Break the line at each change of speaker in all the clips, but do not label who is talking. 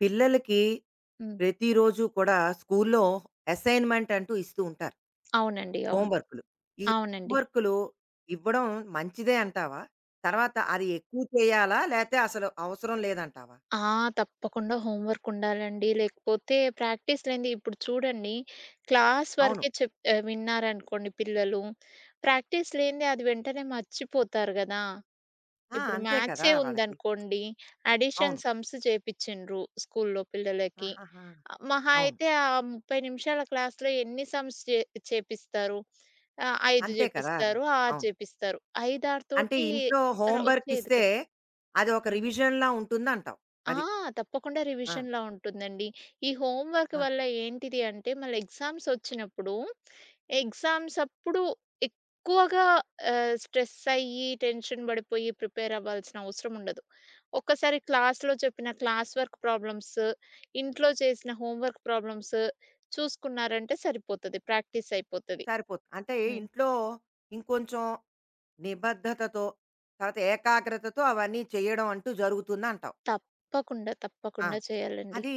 పిల్లలకి
హ్మ్.
ప్రతిరోజు కూడా స్కూల్లో అసైన్మెంట్ అంటూ ఇస్తూ ఉంటారు.
అవునండి. అవును. హ్మ్.
హోంవర్క్‌లు. ఈ
అవునండి.
హోంవర్క్‌లు ఇవ్వడం మంచిదే అంటావా? తర్వాత అది ఎక్కువ చేయాలా? లేతే అసలు అవసరం లేదంటావా?
ఆ! తప్పకుండా హోంవర్క్ ఉండాలండి. లేకపోతే ప్రాక్టీస్ లేనిదే ఇప్పుడు చూడండి క్లాస్
అవును.
వరకే విన్నారనుకోండి పిల్లలు, ప్రాక్టీస్ లేనిదే అది వెంటనే మర్చిపోతారు గదా!
ఆ!
ఇప్పుడు
అంతే కదా!
మ్యాథ్సే
వాళ్ళకి.
ఉందనుకోండి, అడిషన్,
అవును.
సమ్స్ చేపిచ్చిండ్రు స్కూల్‌లో పిల్లలకి.
ఆహాహా!
మహా
అవును.
అయితే ఆ 30 నిమిషాల క్లాస్‌లో ఎన్ని సమ్స్ చేపిస్తారు? 5
అంతే కదా! మరి.
చేపిస్తారు, 6
అవును.
చేపిస్తారు. 5, 6
అంటే
తోటి
ఇంట్లో
ర
హోంవర్క్
వచ్చేది
ఇస్తే
కదా!
అది ఒక
ఆ!
రివిజన్‌లా ఉంటుందంటావు.
ఆ!
అది.
తప్పకుండా
ఆ!
రివిజన్‌లా ఉంటుందండి. ఈ హోమ్ వర్క్
ఆ!
వల్ల ఏంటిది అంటే, మళ్ళీ ఎగ్జామ్స్ ఒచ్చినప్పుడు, ఎగ్జామ్స్ అప్పుడు ఎక్కువగా స్ట్రెస్ అయ్యి, టెన్షన్ బడిపోయి, ప్రిపేర్ అవ్వాల్సిన అవసరం ఉండదు. ఒక్కసారి క్లాస్‌లో చెప్పిన క్లాస్ వర్క్ ప్రాబ్లమ్స్, ఇంట్లో చేసిన హోమ్ వర్క్ ప్రాబ్లమ్స్ చూసుకున్నారంటే సరిపోతది. ప్రాక్టీస్ అయిపోతది.
సరిపోతుంది. అంటే
హ్మ్.
ఇంట్లో ఇంకొంచెం నిబద్ధతతో, తర్వాత ఏకాగ్రతతో అవన్నీ చేయడం అంటూ జరుగుతుందంటావు.
తప్పకుండా,
ఆ!
తప్పకుండా చేయాలండి.
అది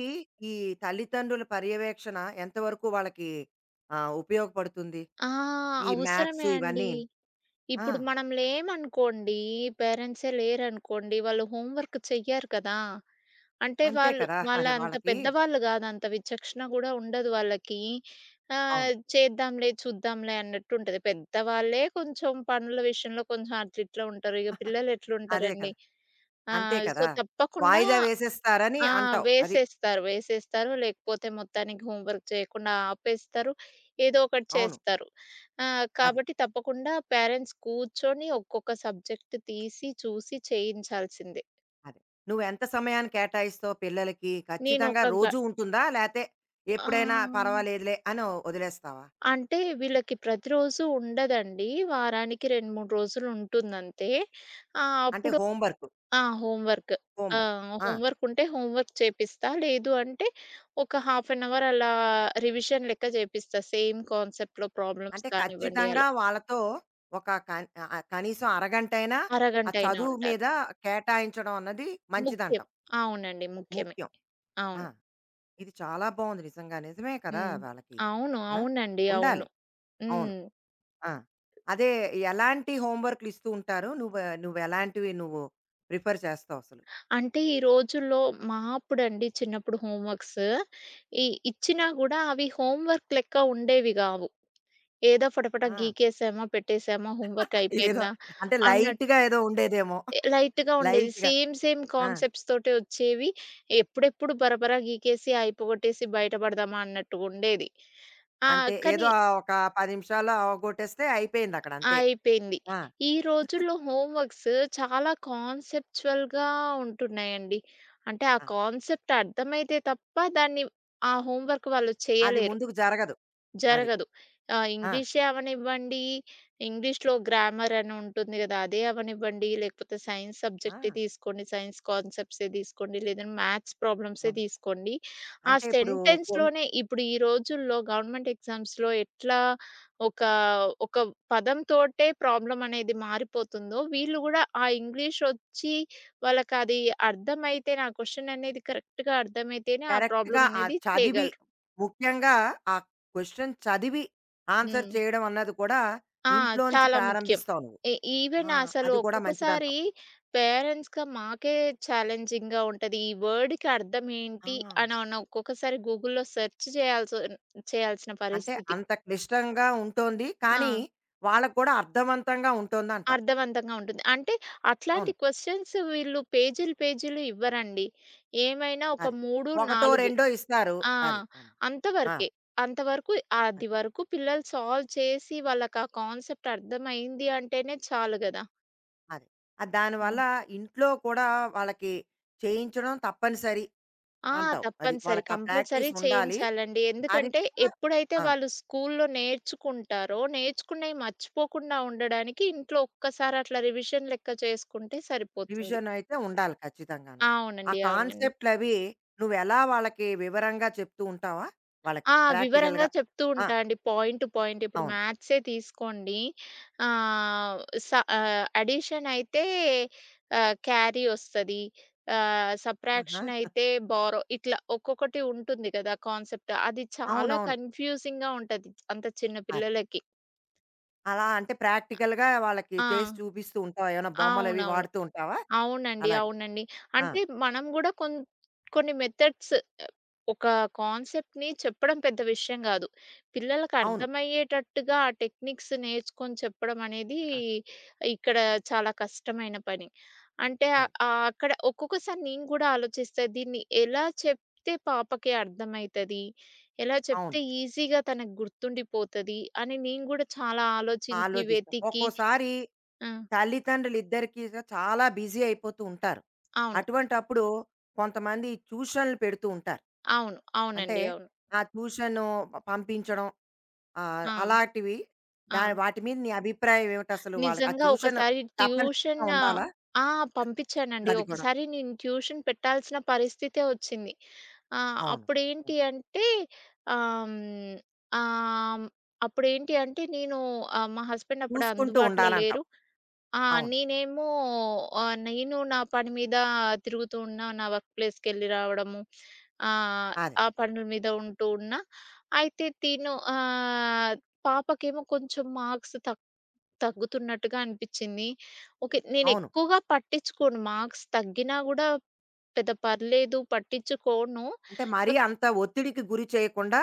ఈ తల్లిదండ్రుల పర్యవేక్షణ ఎంతవరకు వాళ్ళకి ఉపయోగపడుతుంది?
ఆ!
ఈ మ్యాథ్స్
అవసరమే అండి.
ఇవన్నీను. ఆ!
ఇప్పుడు మనం లేమనుకోండి, పేరెంట్సే లేరనుకోండి, వాళ్ళు హోంవర్క్ చెయ్యరు కదా! అంటే
అంతే
వాళ్ళు
కదా!
వాళ్ళ
అది
అంత
వాళ్ళకి
పెద్దవాళ్ళు గాదు. అంత విచక్షణ గూడా ఉండదు వాళ్ళకి.
అవును.
చేద్దాంలే, చూద్దాంలే అన్నట్టుంటది. పెద్దవాళ్ళే కొంచెం పనుల విషయంలో కొంచెం అట్లిట్లా ఉంటారు. ఇగ
అదే
పిల్లలెట్లుంటారండి.
కదా!
ఆ!
అంతే
సో,
కదా!
తప్పకుండా.
వాయిదా వేసేస్తారని
ఆ!
అంటావు. అది.
వేసేస్తారు. వేసేస్తారు. లేకపోతే మొత్తానికి హోమ్ వర్క్ చేయకుండా ఆపేస్తారు. ఏదో ఒకటి
అవును.
చేస్తారు.
అది.
కాబట్టి తప్పకుండా పేరెంట్స్ కూర్చొని ఒక్కొక్క సబ్జెక్ట్ తీసి, చూసి చేయించాల్సిందే.
అదే. నువ్వెంత సమయాన్ని కేటాయిస్తావు పిల్లలకి? ఖచ్చితంగా
నేనొక గ
రోజూ ఉంటుందా? లేతే ఎప్పుడైనా
ఆహ్,
పర్వాలేదులే అని వదిలేస్తావా?
అంటే వీళ్ళకి ప్రతిరోజు ఉండదండి. వారానికి 2, 3 రోజులుంటుందంతే.
అంటే
అప్పుడు.
Homework.
ఆ! హోంవర్క్. ఆ!
హోంవర్క్. ఆ!
హోంవర్కుంటే హోంవర్క్ చేపిస్తా. లేదు అంటే ఒక హాఫ్ అన్ అవర్ అలా రివిజన్ లెక్క చేపిస్తా. సేమ్ కాన్సెప్ట్‌లో ప్రాబ్లమ్స్
అంటే
కానివ్వండి
ఖచ్చితంగా
అలా.
వాళ్ళతో ఒక కనీసం అరగంటైనా ఆ
అరగంటైనా
చదువు
ఉంటారు.
మీద కేటాయించడం అన్నది
ముఖ్యం.
మంచిదంటావు.
అవునండి. ముఖ్యమే.
ముఖ్యం. ఆ!
అవును.
ఇది చాలా బావుంది నిజంగా. నిజమే కదా!
హ్మ్.
వాళ్ళకి.
అవును.
ఆ!
అవునండి. అవును.
ఉండాలి. అవును.
హ్మ్.
ఆ! అదే ఎలాంటి హోంవర్క్‌లు ఇస్తూ ఉంటారు? నువ్వెలాంటివి ప్రిఫర్ చేస్తావు అసలు?
అంటే ఈ రోజుల్లో మా అప్పుడండి చిన్నప్పుడు హోంవర్క్స్ ఇ ఇచ్చినా గూడా అవి హోంవర్క్ లెక్క ఉండేవి గావు. ఏదో ఫటాఫటా
ఆ!
గీకేసామా, పెట్టేసామా, హోంవర్క్
ఏదో
అయిపోయిందా
అంటే
అన్న
లైట్‌గా ఏదో ఉండేదేమో.
లైట్‌గా ఉండేది.
లైట్‌గా.
సేమ్
ఆ!
కాన్సెప్ట్స్ తోటే వచ్చేవి. ఎప్పుడెప్పుడు బరబరా గీకేసి, అయి పోగొట్టేసి బయటపడదామా అన్నట్టుగుండేది. ఆ!
అంతే. ఏదో
కానీ
ఆ ఒక 10 నిమిషాల్లో అవగొట్టేస్తే అయిపోయిందక్కడ అంతే.
అయిపోయింది.
ఆ!
ఈ రోజుల్లో హోమ్ వర్క్స్ చాలా కాన్సెప్చువల్‌గా ఉంటున్నాయండి. అంటే ఆ
ఆహా!
కాన్సెప్ట్ అర్థమైతే తప్ప దాన్ని ఆ హోమ్ వర్క్ వాళ్ళు
అది
చేయలేరు.
ముందుకు జరగదు. అది.
జరగదు.
ఆ!
ఇంగ్లీషే అవ్వనివ్వండి, ఇంగ్లీష్‌లో గ్రామర్ అని ఉంటుంది గదా! అదే అవ్వనివ్వండి, లేకపోతే సైన్స్
ఆ!
సబ్జెక్టే తీసుకోండి, సైన్స్ కాన్సెప్ట్సే తీసుకోండి, లేదంటే మ్యాథ్స్
ఆ!
ప్రాబ్లమ్సే తీసుకోండి. ఆ
అంటే ఇప్పుడు కొన్
సెంటెన్స్‌లోనే ఇప్పుడు ఈ రోజుల్లో గవర్నమెంట్ ఎగ్జామ్స్‌లో ఎట్లా ఒక, ఒక పదంతోటే ప్రాబ్లమ్ అనేది మారిపోతుందో, వీళ్ళు గూడా ఆ ఇంగ్లీష్ ఒచ్చి వాళ్ళకది అర్థమైతేనే, ఆ క్వెషన్ అనేది కరెక్ట్‌గా అర్థమైతేనే ఆ
కరెక్ట్‌గా
ప్రాబ్లమ్ అనేది
చదివి
చేయగలరు.
ముఖ్యంగా ఆ క్వెషన్ చదివి ఆన్సర్
హ్మ్.
చేయడం అన్నది కూడా
ఆ!
ఇంట్లోంచి
చాలా ముఖ్యం.
ప్రారంభిస్తావు నువ్వు.
ఎ
ఆ!
ఈవెన్ అసలు
అది కూడా
ఒక్కొక్కసారి
మంచిదంటావు.
పేరెంట్స్‌గా మాకే ఛాలెంజింగ్‌గా ఉంటది. ఈ వర్డ్‌కి అర్థం
ఆ!
ఏంటి అని అన్న ఒక్కొక్కసారి గూగుల్‌లో సెర్చ్ చేయాల్సిన
అంటే
పరిస్థితి.
అంత క్లిష్టంగా ఉంటోంది.
ఆ!
కానీ వాళ్ళకి కూడా అర్థవంతంగా ఉంటుందంటావు.
అర్థవంతంగా ఉంటుంది. అంటే అట్లాంటి
అవును.
క్వెషన్స్ వీళ్ళు పేజీలు, పేజీలు ఇవ్వరండి. ఏమైనా ఒక
అది.
3,
ఒకటో,
4.
రెండో ఇస్తారు.
ఆ!
అది. అవును. ఆ!
అంతవరకే.
అది.
అంతవరకు అది వరకు పిల్లలు సాల్వ్ చేసి వాళ్ళకి ఆ కాన్సెప్ట్ అర్థమైంది అంటేనే చాలు గదా!
అదే. ఆ!
హ్మ్.
దానివల్ల ఇంట్లో కూడా వాళ్ళకి చేయించడం తప్పనిసరి
ఆ!
అంటావు. అది.
తప్పనిసరి.
వాళ్ళకా
కంపల్సరీ
ప్రాక్టీస్ ఉండాలి.
చేయించాలండి.
అది
ఎందుకంటే,
కూడా
ఎప్పుడైతే
ఆ!
వాళ్ళు స్కూల్‌లో నేర్చుకుంటారో, నేర్చుకున్నయి మర్చిపోకుండా ఉండడానికి ఇంట్లో ఒక్కసారి అట్లా రివిజన్ లెక్క చేసుకుంటే సరిపోతుంది.
రివిజన్ అయితే ఉండాలి ఖచ్చితంగాను. ఆ
అవునండి. అవునండి.
కాన్సెప్ట్‌లవి నువ్వెలా వాళ్ళకి వివరంగా చెప్తూ ఉంటావా? వాళ్ళకి
ఆ! వివరంగా
ప్రాక్టికల్‌గా.
చెప్తూ
ఆ!
ఉంటా అండి. Point to point. ఇప్పుడు
అవును.
మ్యాథ్సే తీసుకోండి. ఆహ్, స అడిషన్ అయితే క్యారీ ఒస్తది.
ఆహా!
సబ్ట్రాక్షన్ అయితే బారో ఇట్లా ఒక్కొక్కటి ఉంటుంది గదా! కాన్సెప్ట్. అది చాలా
అవునవును.
కన్‌ఫ్యూజింగ్‌గా ఉంటది. అంత చిన్న
అదే.
పిల్లలకి.
అలా అంటే ప్రాక్టికల్‌గా వాళ్ళకి
ఆ!
చేసి చూపిస్తూ ఉంటావా? ఏమైనా బొమ్మలవి
అవునవును.
వాడుతూ ఉంటావా?
అవునండి.
అలాగా.
అవునండి.
ఆ!
అంటే మనం గూడా కొన్ని మెథడ్స్ ఒక కాన్సెప్ట్‌ని చెప్పడం పెద్ద విషయం గాదు. పిల్లలకి
అవును.
అర్థమయ్యేటట్టుగా ఆ టెక్నిక్స్ నేర్చుకొని చెప్పడం అనేది
ఆహా.
ఇక్కడ చాలా కష్టమైన పని. అంటే
అదే.
అక్కడ ఒక్కొక్కసారి నేను గూడా ఆలోచిస్తా దీన్ని ఎలా చెప్తే పాపకి అర్థమైతది? ఎలా
అవును.
చెప్తే ఈజీగా తనకు గుర్తుండిపోతది? అని నేను గూడా చాలా ఆలోచించి,
ఆలోచిస్తాం.
వెతికి.
ఒక్కోసారి
ఆ!
తల్లిదండ్రులిద్దరికీ చాలా బిజీ అయిపోతూ ఉంటారు.
అవును.
అటువంటప్పుడు కొంతమంది ట్యూషన్లు పెడుతూ ఉంటారు.
అవును.
అంటే
అవునండి. అవును.
ఆ ట్యూషను పంపించడం
ఆ!
అలాంటివి
ఆ!
వాటి మీద నీ అభిప్రాయం ఏమిటసలు వాళ్ళకి? ఆ
నిజంగా
ట్యూషన్
ఒకసారి ట్యూషన్
తప్పనిసరిగా
ఆ!
ఉండాలా?
ఆ, పంపించానండి.
అది కూడా.
ఒకసారి నేను ట్యూషన్ పెట్టాల్సిన పరిస్థితే వచ్చింది.
అవును. అంతే.
అప్పుడేంటి అంటే. ఆహ్, హ్మ్, ఆహ్, అప్పుడేంటి అంటే నేను మా హస్బెండ్ అప్పుడు
చూసుకుంటూ
అందుబాటులో
ఉండాలంటావు.
లేరు. ఆ!
అవును.
నేనేమో నేను నా పని మీద తిరుగుతూ ఉన్నా. నా వర్క్ ప్లేస్‌కెళ్ళి రావడము. ఆహ్,
అదే.
ఆ పనుల మీద ఉంటూ ఉన్నా. అయితే పాపకేమో కొంచెం మార్క్స్ తక్కువ తగ్గుతున్నట్టుగా అనిపిచ్చింది. ఓకే.
అవును.
నేనెక్కువగా పట్టించుకోను. మార్క్స్ తగ్గినా గూడా పెద్ద పర్లేదు పట్టించుకోను.
అంటే మరీ
బట్.
అంత ఒత్తిడికి గురి చేయకుండా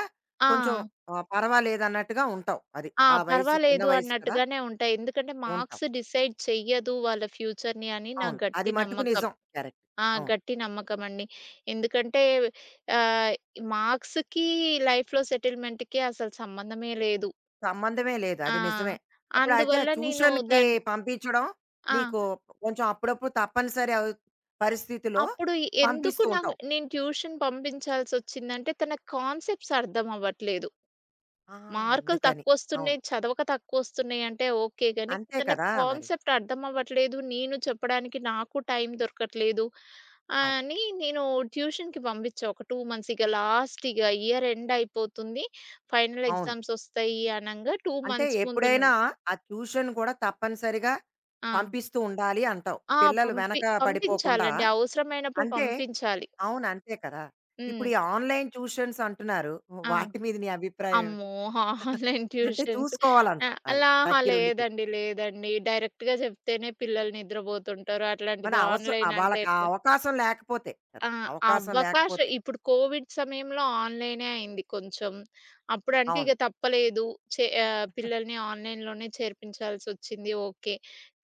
కొంచెం
ఆ!
పర్వాలేదన్నట్టుగా ఉంటావు. అది.
ఆ!
ఆ వయసు చిన్న
పర్వాలేదు
వయసు కదా!
అన్నట్టుగానే ఉంటా. ఎందుకంటే
ఉంటాం.
మార్క్స్ డిసైడ్ చెయ్యదు వాళ్ళ ఫ్యూచర్‌ని అని నా
అవును. అది
గట్టి
మట్టుకు
నమ్మకం.
నిజం. కరెక్ట్.
ఆ!
అవును.
గట్టి నమ్మకమండి. ఎందుకంటే ఆహ్, మార్క్స్‌కి లైఫ్‌లో సెటిల్‌మెంట్‌కి అసలు సంబంధమే లేదు.
సంబంధమే లేదు. అది
ఆ!
నిజమే. ఇప్పుడైతే
అందువల్ల నేను
ట్యూషన్‌కి
దాన్ని.
పంపించడం
ఆ!
నీకు కొంచెం అప్పుడప్పుడు తప్పనిసరి పరిస్థితిలో
అప్పుడు ఎందుకు
పంపిస్తూ
నాకు
ఉంటావు.
నేను ట్యూషన్ పంపించాల్సొచ్చిందంటే, తన కాన్సెప్ట్స్ అర్థం అవ్వట్లేదు.
ఆ!
మార్కులు
అందుకని. అవును.
తక్కువొస్తున్నాయి, చదవక తక్కువొస్తున్నాయి అంటే ఓకే గానీ,
అంతే
తన
కదా! మరి.
కాన్సెప్ట్ అర్థం అవ్వట్లేదు. నేను చెప్పడానికి నాకు టైం దొరకట్లేదు.
అదే.
అని నేను ట్యూషన్‌కి పంపించా ఒక 2 మంత్స్. ఇక లాస్ట్ ఇక ఇయర్ ఎండ్ అయిపోతుంది. ఫైనల్
అవును.
ఎగ్జామ్స్ ఒస్తాయి అనంగా 2
అంటే
మంత్స్ ముందు
ఎప్పుడైనా
నుండి.
ఆ ట్యూషన్ కూడా తప్పనిసరిగా
ఆ!
పంపిస్తూ ఉండాలి అంటావు.
ఆ!
పిల్లలు వెనక పడిపోకుండా.
పంపించాలండి. అవసరమైనప్పుడు
అంటే
పంపించాలి.
అవును. అంతే కదా! ఇప్పుడు
హ్మ్.
ఈ ఆన్‌లైన్ ట్యూషన్స్ అంటున్నారు.
ఆ!
వాటి మీద నీ అభిప్రాయం ఏమిటి?
అమ్మో! ఆన్‌లైన్
అంటే
ట్యూషన్స్. ఆ!
చూసుకోవాలంటాం. అది.
అలా అహా!
దగ్గరుండి చూ
లేదండి. లేదండి. డైరెక్ట్‌గా చెప్తేనే పిల్లలు నిద్రపోతుంటారు. అట్లాంటిది ఆన్‌లైన్ అంటే
వాళ్ళకి ఆ
ఎట్లా?
అవకాశం లేకపోతే కదా!
ఆ!
అవకాశం
అవకాశ
లేకపోతే.
ఇప్పుడు కోవిడ్ సమయంలో ఆన్‌లైనే అయింది కొంచెం. అప్పుడంటే
అవును.
ఇక తప్పలేదు. పిల్లల్ని ఆన్‌లైన్‌లోనే చేర్పించాల్సొచ్చింది ఓకే.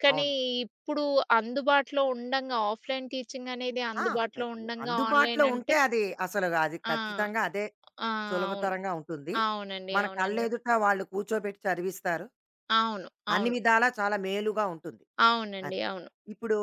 కానీ
అవును.
ఇప్పుడు అందుబాటులో ఉండంగా ఆఫ్‌లైన్ టీచింగ్ అనేది
ఆ!
అందుబాటులో
అదే.
ఉండంగా
అందుబాటులో
ఆన్‌లైన్
ఉంటే
అంటే.
అది అసలు అది
ఆ!
ఖచ్చితంగా అదే
ఆ! అవును.
సులభతరంగా ఉంటుంది.
అవునండి.
మన
అవునండి.
కళ్ళెదుట వాళ్ళు కూర్చోబెట్టి చదివిస్తారు.
అవును.
అన్ని
అవును.
విధాలా చాలా మేలుగా ఉంటుంది. అది.
అవునండి. అవును.
ఇప్పుడు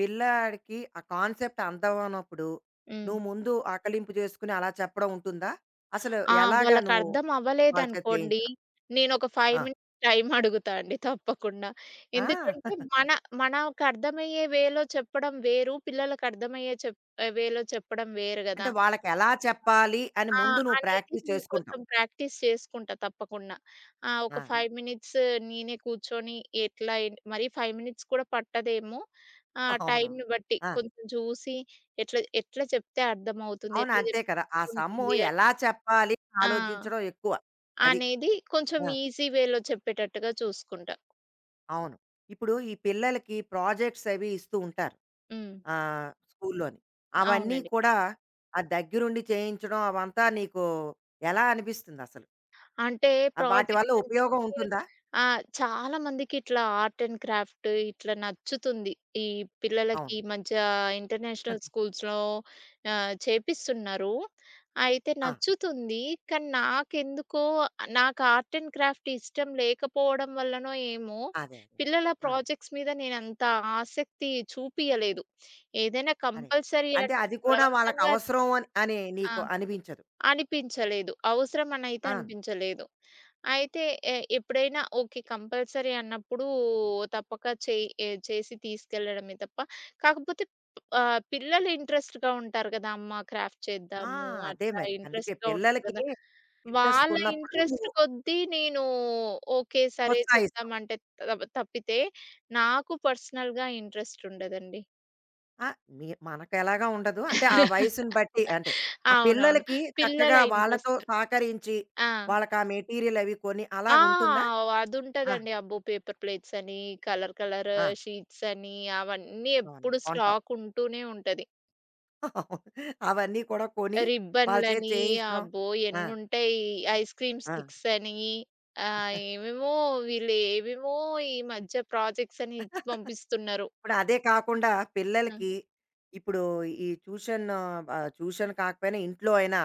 పిల్లాడికి ఆ కాన్సెప్ట్ అందమన్నప్పుడు
హ్మ్.
నువ్వు ముందు ఆకలింపు చేసుకొని అలా చెప్పడం ఉంటుందా? అసలు
ఆ!
ఎలాగా నువ్వు
వాళ్ళకర్థం
వాళ్ళ చేత
అవ్వలేదనుకోండి,
చేయించడం?
నేనొక 5
ఆ!
మినిట్స్ టైమ్ అడుగుతా అండి తప్పకుండా.
ఆ!
ఎందుకంటే, మన మనకర్థమయ్యే వేలో చెప్పడం వేరు, పిల్లలకర్థమయ్యే వేలో చెప్పడం వేరు
అంటే
గదా!
వాళ్ళకెలా చెప్పాలి అని
ఆ!
ముందు నువ్వు
అనేది
ప్రాక్టీస్
నేను
చేసుకుంటావు.
కొంచెం ప్రాక్టీస్ చేసుకుంటా తప్పకుండా. ఆ! ఒక
ఆ!
5 మినిట్స్ నేనే కూర్చొని ఎట్లా ఏంటి మరి 5 మినిట్స్ కూడా పట్టదేమో. ఆ
అవునవును.
టైమ్‌ని బట్టి
ఆ!
కొంచెం చూసి ఎట్లా ఎట్లా చెప్తే అర్థమవుతుంది,
అవును.
ఎట్లా
అంతే
చెప్తే
కదా! ఆ సమ్ము
ఉంటుంది అని.
ఎలా చెప్పాలి అని
ఆ!
ఆలోచించడం ఎక్కువ. అది.
అనేది కొంచెం
ఆ!
ఈజీ వేలో చెప్పేటట్టుగా చూసుకుంటా.
అవును. ఇప్పుడు ఈ పిల్లలకి ప్రాజెక్ట్స్ అవి ఇస్తూ ఉంటారు.
హ్మ్.
స్కూల్లోని. అవన్నీ
అవునండి.
కూడా ఆ దగ్గరుండి చేయించడం అవంతా నీకు ఎలా అనిపిస్తుందసలు?
అంటే
వాటి వల్ల
ప్రాజెక్ట్ అంటే
ఉపయోగం
నేను
ఉంటుందా?
చాలా మందికి ఇట్లా ఆర్ట్ అండ్ క్రాఫ్ట్ ఇట్లా నచ్చుతుంది. ఈ పిల్లలకి
అవును.
ఈ మధ్య ఇంటర్నేషనల్ స్కూల్స్‌లో చేపిస్తున్నారు. అయితే
ఆ!
నచ్చుతుంది. కానీ నాకెందుకో నాకు ఆర్ట్ అండ్ క్రాఫ్ట్ ఇష్టం లేకపోవడం వల్లనో ఏమో
అదే. అదే.
పిల్లల
ఆ!
ప్రాజెక్ట్స్ మీద నేనంత ఆసక్తి చూపియలేదు. ఏదైనా
అదే.
కంపల్సరీ
అంటే
అంటే
అది కూడా
బలవంతంగా.
వాళ్ళకవసరం అని అని
ఆ!
నీకు అనిపించదు.
అనిపించలేదు. అవసరమనైతే
ఆ!
అనిపించలేదు. అయితే ఎప్పుడైనా ఓకే. కంపల్సరీ అన్నప్పుడు తప్పక చేయి ఎ చేసి తీసుకెళ్ళడమే తప్ప, కాకపోతే పిల్లలు ఇంట్రెస్ట్‌గా ఉంటారు కదా! అమ్మ క్రాఫ్ట్
ఆ!
చేద్దాము
అదే
అట్లా
మరి. అందుకే
ఇంట్రెస్ట్‌గా ఉంటారు
పిల్లలకి
కదా!
ఇంట్రెస్ట్
వాళ్ళ
ఉన్నప్పుడు
ఇంట్రెస్ట్
నువ్వు
కొద్దీ నేను ఓకే. సరే చేద్దాం
ప్రోత్సహిస్తావు.
అంటే తప్పితే నాకు పర్సనల్‌గా ఇంట్రెస్ట్ ఉండదండి.
ఆ! మీ మనకెలాగా ఉండదు. అంటే ఆ వయసుని బట్టి అంటే ఆ
అవునవును.
పిల్లలకి
పిల్లల
చక్కగా వాళ్ళతో
ఇంట్రెస్ట్.
సహకరించి
ఆ!
వాళ్ళకి ఆ మెటీరియల్ అవి కొని
ఆ!
అలాగుంటుందా? ఆ!
అదుంటదండి. అబ్బో! పేపర్ ప్లేట్స్ అని, కలర్ కలర్
ఆ!
షీట్స్ అని అవన్నీ
అవన్నీ
ఎప్పుడు
కొంటావు.
స్టాక్ ఉంటూనే ఉంటది.
అవును. అవన్నీ కూడా కొని వాళ్ళ చేత
రిబ్బన్‌లని
చేయించడం.
అబ్బో!
ఆ!
ఎన్నుంటాయి. ఐస్ క్రీమ్
ఆ!
స్టిక్స్ అని ఏమేమో వీళ్ళు ఏవేమో ఈ మధ్య ప్రాజెక్ట్స్ అని ఇచ్చి పంపిస్తున్నారు.
ఇప్పుడు అదే కాకుండా
ఆ!
పిల్లలకి ఇప్పుడు ఈ ట్యూషన్ ట్యూషన్ కాకపోయినా ఇంట్లో అయినా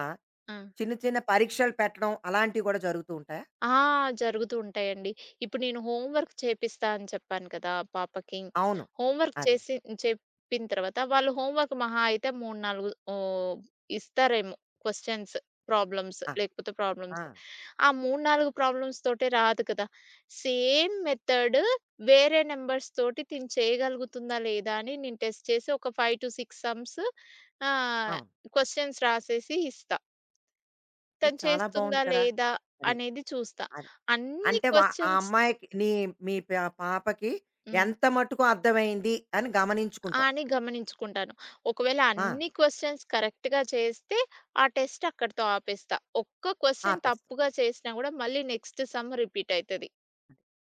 ఆ!
చిన్న చిన్న పరీక్షలు పెట్టడం అలాంటివి కూడా జరుగుతూ ఉంటాయా?
ఆ! జరుగుతూ ఉంటాయండి. ఇప్పుడు నేను హోమ్ వర్క్ చేపిస్తా అని చెప్పాను కదా! పాపకి.
అవును.
హోమ్ వర్క్
అదే.
చేసి చెప్పిన తర్వాత వాళ్ళు హోమ్ వర్క్ మహా అయితే 3, 4 ఓహ్! ఇస్తారేమో క్వెషన్స్, ప్రాబ్లమ్స్
ఆ!
లేకపోతే
ఆ!
ప్రాబ్లమ్స్. ఆ 3, 4 ప్రాబ్లమ్స్ తోటే రాదు కదా! సేమ్ మెథడ్ వేరే నంబర్స్ తోటి చేయగలుగుతుందా లేదా అని నేను టెస్ట్ చేసి ఒక 5-6 సమ్స్ ఆహ్,
అవును.
క్వెషన్స్ రాసేసి ఇస్తా.
ఇది
తను
చాలా బావుంది
చేస్తుందా
కదా!
లేదా
అది.
అనేది చూస్తా.
అది.
అన్ని
అంటే వా ఆ
క్వెషన్స్.
అమ్మాయికి మీ పాపకి
హ్మ్.
ఎంత మటుకు అర్థమైంది అని గమనించుకుంటావు.
అని గమనించుకుంటాను. ఒకవేళ
ఆ!
అన్ని క్వెషన్స్ కరెక్ట్‌గా చేస్తే ఆ టెస్ట్ అక్కడితో ఆపేస్తా. ఒక్క క్వెషన్
ఆపేస్తావు.
తప్పుగా చేసినా గూడా మళ్ళీ నెక్స్ట్ సమ్ రిపీట్ అయితది.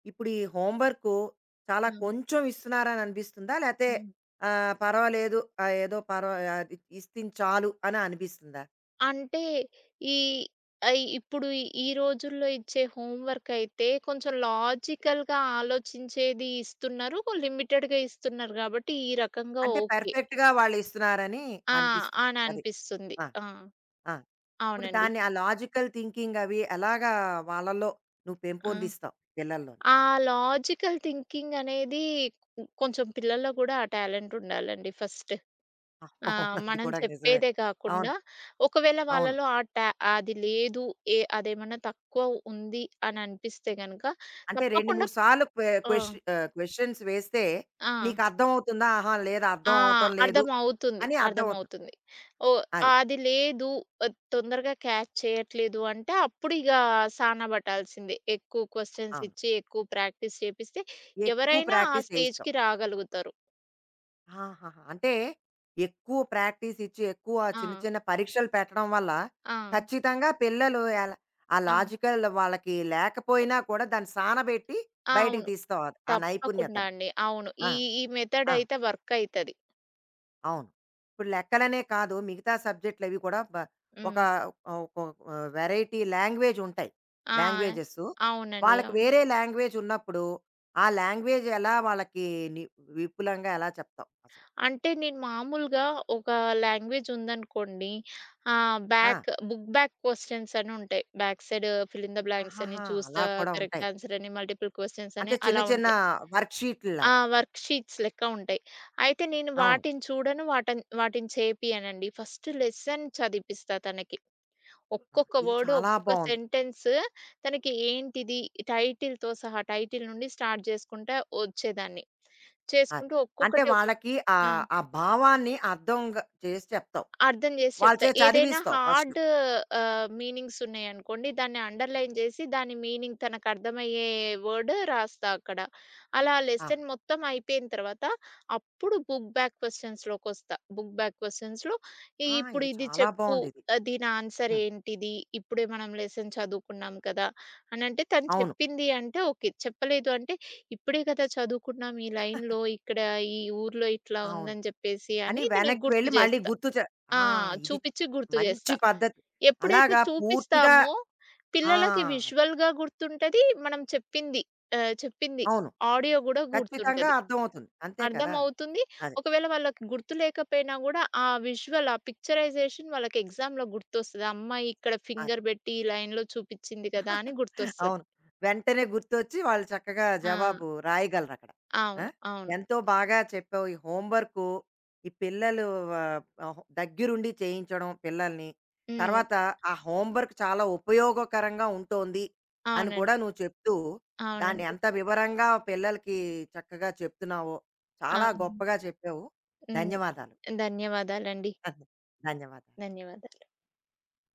ఇప్పుడు ఈ హోంవర్కు చాలా
హ్మ్.
కొంచెం ఇస్తున్నారని అనిపిస్తుందా? లేతే
హ్మ్.
పర్వాలేదు ఆహ్, ఏదో పర్వా ఆహ్, ఇస్తింది చాలు అని అనిపిస్తుందా?
అంటే ఈ ఇప్పుడు ఈ రోజుల్లో ఇచ్చే హోంవర్క్ అయితే కొంచెం లాజికల్‌గా ఆలోచించేది ఇస్తున్నారు. లిమిటెడ్‌గా ఇస్తున్నారు గాబట్టి ఈ రకంగా
అంటే
ఓకే.
పర్ఫెక్ట్‌గా వాళ్ళు ఇస్తున్నారని
ఆ!
అనిపిస్తుంది.
అని
అది.
అనిపిస్తుంది.
ఆ!
ఆ!
ఆ! ఇప్పుడు
అవునండి.
దాన్ని ఆ లాజికల్ థింకింగ్ అవి ఎలాగా వాళ్ళలో నువ్వు
ఆ!
పెంపొందిస్తావు పిల్లల్లో?
ఆ లాజికల్ థింకింగ్ అనేది హ్మ్, కొంచెం పిల్లల్లో గూడా ఆ టాలెంట్ ఉండాలండి ఫస్ట్. ఆ!
అవును. అది
మనం
కూడా నిజమే.
చెప్పేదే
అవును.
కాకుండా, ఒకవేళ
అవును.
వాళ్ళలో ఆ టా అది లేదు, ఏ అదేమన్నా తక్కువ ఉంది అని అనిపిస్తే గనక
అంటే 2,
తప్పకుండా.
3 సార్లు
ఆ!
క్వెషన్ క్వెషన్స్ వేస్తే
ఆ!
నీకు అర్థమవుతుందా? ఆహా! లేదు
ఆ!
అర్థం అవ్వటం లేదు
అర్థమవుతుంది.
అని అర్థమవుతుంది.
అర్థమవుతుంది. ఓహ్!
అది.
అది లేదు తొందరగా క్యాచ్ చేయట్లేదు అంటే అప్పుడు ఇగ సాన పట్టాల్సిందే. ఎక్కువ క్వెషన్స్
అవును.
ఇచ్చి, ఎక్కువ ప్రాక్టీస్ చేపిస్తే
ఎక్కువ
ఎవరైనా ఆ
ప్రాక్టీస్ చేయిస్తావు.
స్టేజ్‌కి రాగలుగుతారు.
ఆహాహా! అంటే ఎక్కువ ప్రాక్టీస్ ఇచ్చి, ఎక్కువ
ఆ!
చిన్న చిన్న పరీక్షలు పెట్టడం వల్ల
ఆ!
ఖచ్చితంగా పిల్లలు ఎలా ఆ
ఆ!
లాజికల్ వాళ్ళకి లేకపోయినా కూడా దాన్ని సానబెట్టి
ఆ!
బయటికి
అవును.
తీస్తావు అది ఆ
తప్పకుండా
నైపుణ్యతని.
అండి. అవును.
ఆ!
ఈ ఈ మెథడ్
ఆ!
అయితే వర్క్ అయితది.
అవును. ఇప్పుడు లెక్కలనే కాదు మిగతా సబ్జెక్ట్‌లవి కూడా ఒక
హ్మ్.
ఒక వెరైటీ లాంగ్వేజ్ ఉంటాయి.
ఆ!
లాంగ్వేజెస్.
అవునండి.
వాళ్ళకి
అవును.
వేరే లాంగ్వేజ్ ఉన్నప్పుడు, ఆ లాంగ్వేజ్ ఎలా వాళ్ళకి ని విపులంగా ఎలా చెప్తావు అసలు?
అంటే నేను మామూలుగా ఒక లాంగ్వేజ్ ఉందనుకోండి. ఆహ్,
ఆ!
బ్యాక్ బుక్ బ్యాక్ క్వెషన్స్ అని ఉంటాయి. Back side fill in the blanks అని
ఆహాహా!
చూస్ ద
అలా కూడా
కరెక్ట్
ఉంటాయి.
ఆన్సర్ అని, మల్టిపుల్ క్వెషన్స్
అంటే
అని
చిన్న
అలా
చిన్న
ఉంటాయి.
వర్క్
ఆ!
షీట్‌ల్లాగా.
వర్క్ షీట్స్ లెక్క ఉంటాయి. అయితే నేను
అవును.
వాటిని చూడను. వాటిని చేపియనండి. ఫస్ట్ లెసన్ చదివిపిస్తా తనకి.
ఆ!
ఒక్కొక్క
ఇది
వర్డ్,
చాలా
ఒక్కొక్క
బావుంది.
సెంటెన్స్ తనకి ఏంటిది టైటిల్‌తో సహా టైటిల్ నుండి స్టార్ట్ చేసుకుంటా వచ్చేదాన్ని.
అది.
చేసుకుంటూ
అంటే
ఒక్కొక్కటి ఒక్కొక్క.
వాళ్ళకి
ఆ!
ఆ భావాన్ని అర్థంగా చేసి చెప్తావు.
అర్థం జేసి
వాళ్ళ
చెప్తా.
చేత
ఏదైనా
చదివిస్తావు ఫస్టు.
హార్డ్ మీనింగ్స్ ఉన్నాయనుకోండి, దాన్ని అండర్‌లైన్ జేసి దాని మీనింగ్ తనకర్థమయ్యే వర్డ్ రాస్తా అక్కడ. అలా
ఆ!
లెసన్ మొత్తం అయిపోయిన తర్వాత, అప్పుడు బుక్ బ్యాక్ క్వెషన్స్‌లోకొస్తా. బుక్ బ్యాక్ క్వెషన్స్‌లో ఈ
ఆ!
ఇప్పుడు
ఇది
ఇది
చాలా
చెప్పు.
బావుందిది.
దీని ఆన్సర్
హ్మ్.
ఏంటిది? ఇప్పుడే మనం లెసన్ చదువుకున్నాం కదా! అనంటే తను
అవును.
చెప్పింది అంటే ఓకే. చెప్పలేదు అంటే, ఇప్పుడే కదా చదువుకున్నాం ఈ లైన్‌లో, ఇక్కడ ఈ ఊర్లో ఇట్లా
అవును.
ఉందని జెప్పేసి
అని
అని తనకు
వెనక్కి
గుర్తు
వెళ్లి మళ్ళీ
జేస్తా.
గుర్తు.
ఆ!
ఆ! ఇది
చూపిచ్చి గుర్తు
మంచి
జేస్తా.
పద్ధతి.
ఎప్పుడైతే
అలాగా పూర్తిగా
చూపిస్తామో
ఆ!
పిల్లలకి
అది.
విజువల్‌గా గుర్తుంటది. మనం చెప్పింది
అవును.
ఆడియో గూడా
ఖచ్చితంగా
గుర్తుంటది.
అర్థమవుతుంది. అంతే కదా!
అర్థమవుతుంది.
అది.
ఒకవేళ వాళ్ళకి గుర్తు లేకపోయినా గూడా ఆ విజువల్, ఆ పిక్చరైజేషన్ వాళ్ళకి ఎగ్జామ్‌లో గుర్తొస్తది. ఆ అమ్మాయి ఇక్కడ
అది.
ఫింగర్ బెట్టి ఈ లైన్‌లో చూపిచ్చింది కదా! అని గుర్తొస్తది.
అవును. వెంటనే గుర్తొచ్చి వాళ్ళు చక్కగా
ఆ!
జవాబు రాయగలరక్కడ. ఆ!
అవును. అవును.
ఎంతో బాగా చెప్పావు. ఈ హోమ్ వర్కు, ఈ పిల్లలు ఆహ్, ఆహ్, దగ్గరుండి చేయించడం పిల్లల్ని.
హ్మ్.
తర్వాత ఆ హోమ్ వర్క్ చాలా ఉపయోగకరంగా ఉంటోంది అని
అవునండి.
కూడా నువ్వు చెప్తూ, దాన్ని
అవునండి.
ఎంత వివరంగా పిల్లలకి చక్కగా చెప్తున్నావో, చాలా
అవును.
గొప్పగా చెప్పావు.
హ్మ్.
ధన్యవాదాలు.
ధన్యవాదాలండి.
ధన్యవాదాలు.
ధన్యవాదాలు.